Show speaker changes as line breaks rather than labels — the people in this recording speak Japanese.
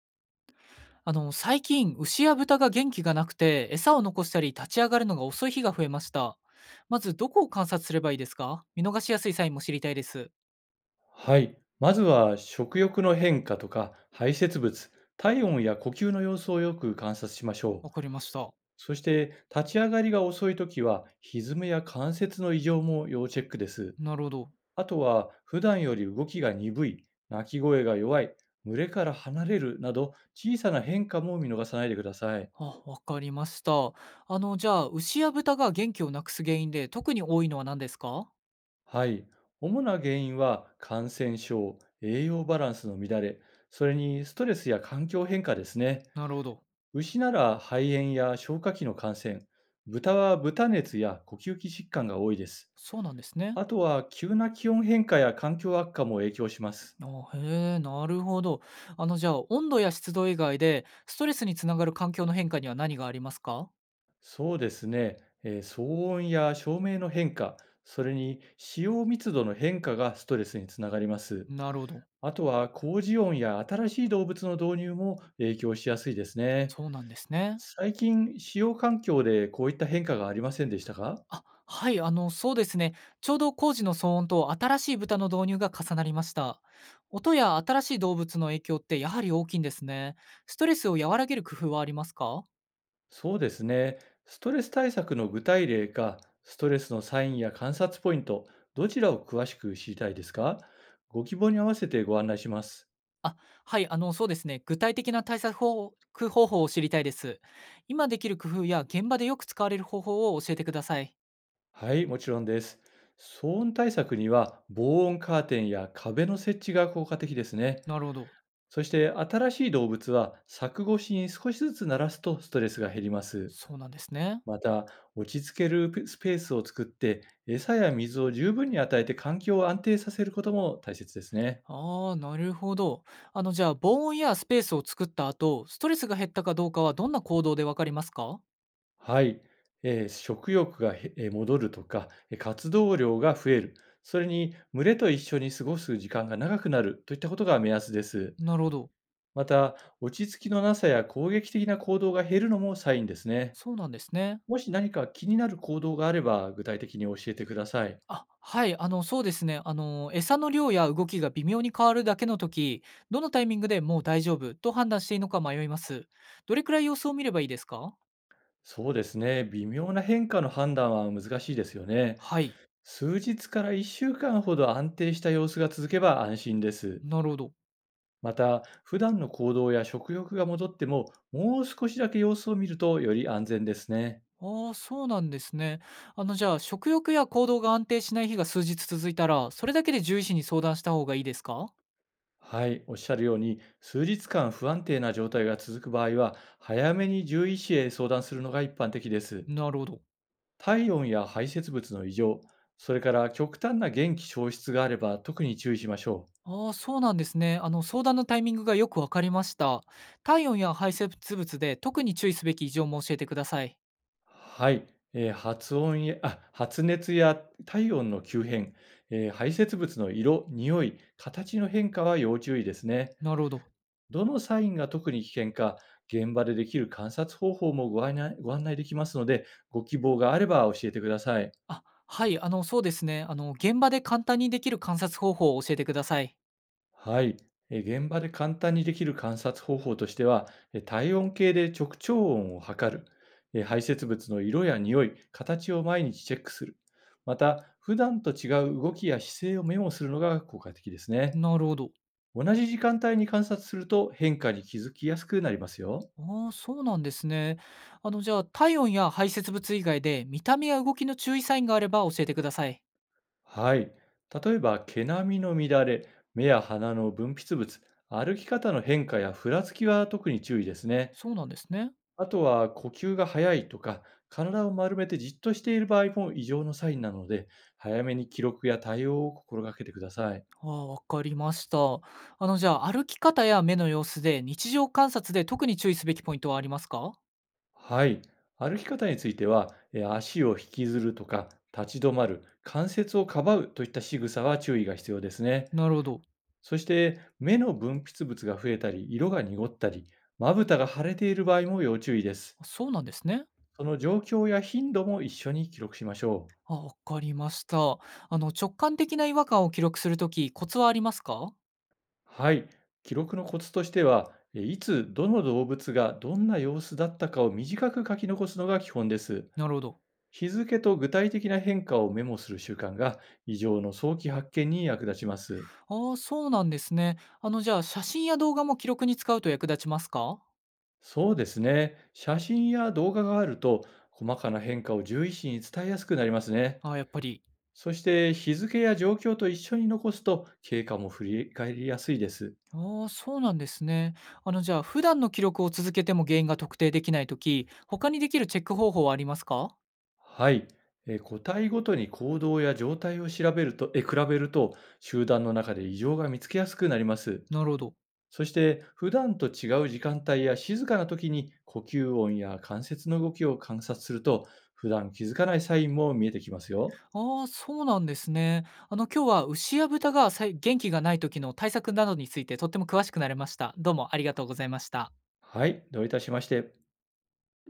最近、牛や豚が元気がなくて、餌を残したり立ち上がるのが遅い日が増えました。まず、どこを観察すればいいですか？見逃しやすいサインも知りたいです。
はい。まずは食欲の変化とか排泄物、体温や呼吸の様子をよく観察しましょう。
わかりました。
そして立ち上がりが遅いときは歪めや関節の異常も要チェックです。
なるほど。
あとは普段より動きが鈍い、鳴き声が弱い、群れから離れるなど小さな変化も見逃さないでください。
あ、わかりました。あの、じゃあ、牛や豚が元気をなくす原因で特に多いのは何ですか？
はい。主な原因は感染症、栄養バランスの乱れ、それにストレスや環境変化ですね。
なるほど。
牛なら肺炎や消化器の感染、豚は豚熱や呼吸器疾患が多いです。
そうなんですね。
あとは急な気温変化や環境悪化も影響します。
あ、へえ、なるほど。あの、じゃあ、温度や湿度以外で、ストレスにつながる環境の変化には何がありますか？
そうですね、騒音や照明の変化、それに使用密度の変化がストレスにつながります。
なるほど。
あとは工事音や新しい動物の導入も影響しやすいですね。
そうなんですね。
最近、使用環境でこういった変化がありませんでしたか？
あ、はい、あの、そうですね。ちょうど工事の騒音と新しい豚の導入が重なりました。音や新しい動物の影響ってやはり大きいんですね。ストレスを和らげる工夫はありますか？
そうですね。ストレス対策の具体例か、ストレスのサインや観察ポイント、どちらを詳しく知りたいですか？ご希望に合わせてご案内します。
あ、はい、あの、そうですね。具体的な対策方法を知りたいです。今できる工夫や現場でよく使われる方法を教えてください。
はい、もちろんです。騒音対策には防音カーテンや壁の設置が効果的ですね。
なるほど。
そして新しい動物は柵越しに少しずつ鳴らすとストレスが減ります。
そうなんですね。
また、落ち着けるスペースを作って餌や水を十分に与えて環境を安定させることも大切ですね。
ああ、なるほど。あの、じゃあ、防音やスペースを作った後、ストレスが減ったかどうかはどんな行動でわかりますか？
はい、食欲がへえー戻るとか、活動量が増える、それに群れと一緒に過ごす時間が長くなるといったことが目安です。
なるほど。
また、落ち着きのなさや攻撃的な行動が減るのもサインですね。
そうなんですね。
もし何か気になる行動があれば、具体的に教えてください。
あ、はい、あの、そうですね。あの、餌の量や動きが微妙に変わるだけの時、どのタイミングでもう大丈夫と判断していいのか迷います。どれくらい様子を見ればいいですか？
そうですね、微妙な変化の判断は難しいですよね。
はい、
数日から1週間ほど安定した様子が続けば安心です。
なるほど。
また、普段の行動や食欲が戻っても、もう少しだけ様子を見るとより安全ですね。
ああ、そうなんですね。あの、じゃあ、食欲や行動が安定しない日が数日続いたら、それだけで獣医師に相談した方がいいですか？
はい、おっしゃるように、数日間不安定な状態が続く場合は、早めに獣医師へ相談するのが一般的です。
なるほど。
体温や排泄物の異常、それから極端な元気消失があれば特に注意しましょう。
ああ、そうなんですね。あの、相談のタイミングがよくわかりました。体温や排泄物で特に注意すべき異常も教えてください。
はい、発音や発熱や体温の急変、排泄物の色、匂い、形の変化は要注意ですね。
なるほど。
どのサインが特に危険か、現場でできる観察方法もご案内できますので、ご希望があれば教えてください。
あ、はい、あの、そうですね。あの、現場で簡単にできる観察方法を教えてください。
はい。現場で簡単にできる観察方法としては、体温計で直腸温を測る、排泄物の色や匂い、形を毎日チェックする、また、普段と違う動きや姿勢をメモするのが効果的ですね。
なるほど。
同じ時間帯に観察すると変化に気づきやすくなりますよ。
ああ、そうなんですね。あの、じゃあ、体温や排泄物以外で、見た目や動きの注意サインがあれば教えてください。
はい。例えば、毛並みの乱れ、目や鼻の分泌物、歩き方の変化やふらつきは特に注意ですね。
そうなんですね。
あとは、呼吸が早いとか、体を丸めてじっとしている場合も異常のサインなので、早めに記録や対応を心がけてください。
ああ、わかりました。あの、じゃあ、歩き方や目の様子で、日常観察で特に注意すべきポイントはありますか？
はい。歩き方については、足を引きずるとか、立ち止まる、関節をかばうといった仕草は注意が必要ですね。
なるほど。
そして目の分泌物が増えたり、色が濁ったり、まぶたが腫れている場合も要注意です。
あ、そうなんですね。
その状況や頻度も一緒に記録しましょう。
あ、わかりました。あの、直感的な違和感を記録するとき、コツはありますか？
はい。記録のコツとしては、つどの動物がどんな様子だったかを短く書き残すのが基本です。
なるほど。
日付と具体的な変化をメモする習慣が異常の早期発見に役立ちます。
ああ、そうなんですね。あの、じゃあ、写真や動画も記録に使うと役立ちますか？
そうですね。写真や動画があると細かな変化を獣医師に伝えやすくなりますね。
ああ、やっぱり。
そして日付や状況と一緒に残すと経過も振り返りやすいです。
ああ、そうなんですね。あの、じゃあ、普段の記録を続けても原因が特定できないとき、他にできるチェック方法はありますか？
はい。個体ごとに行動や状態を調べると、比べると集団の中で異常が見つけやすくなります。
なるほど。
そして普段と違う時間帯や静かな時に呼吸音や関節の動きを観察すると普段気づかないサインも見えてきますよ。
ああ、そうなんですね。あの、今日は牛や豚が元気がない時の対策などについてとっても詳しくなれました。どうもありがとうございました。
はい。どういたしまして。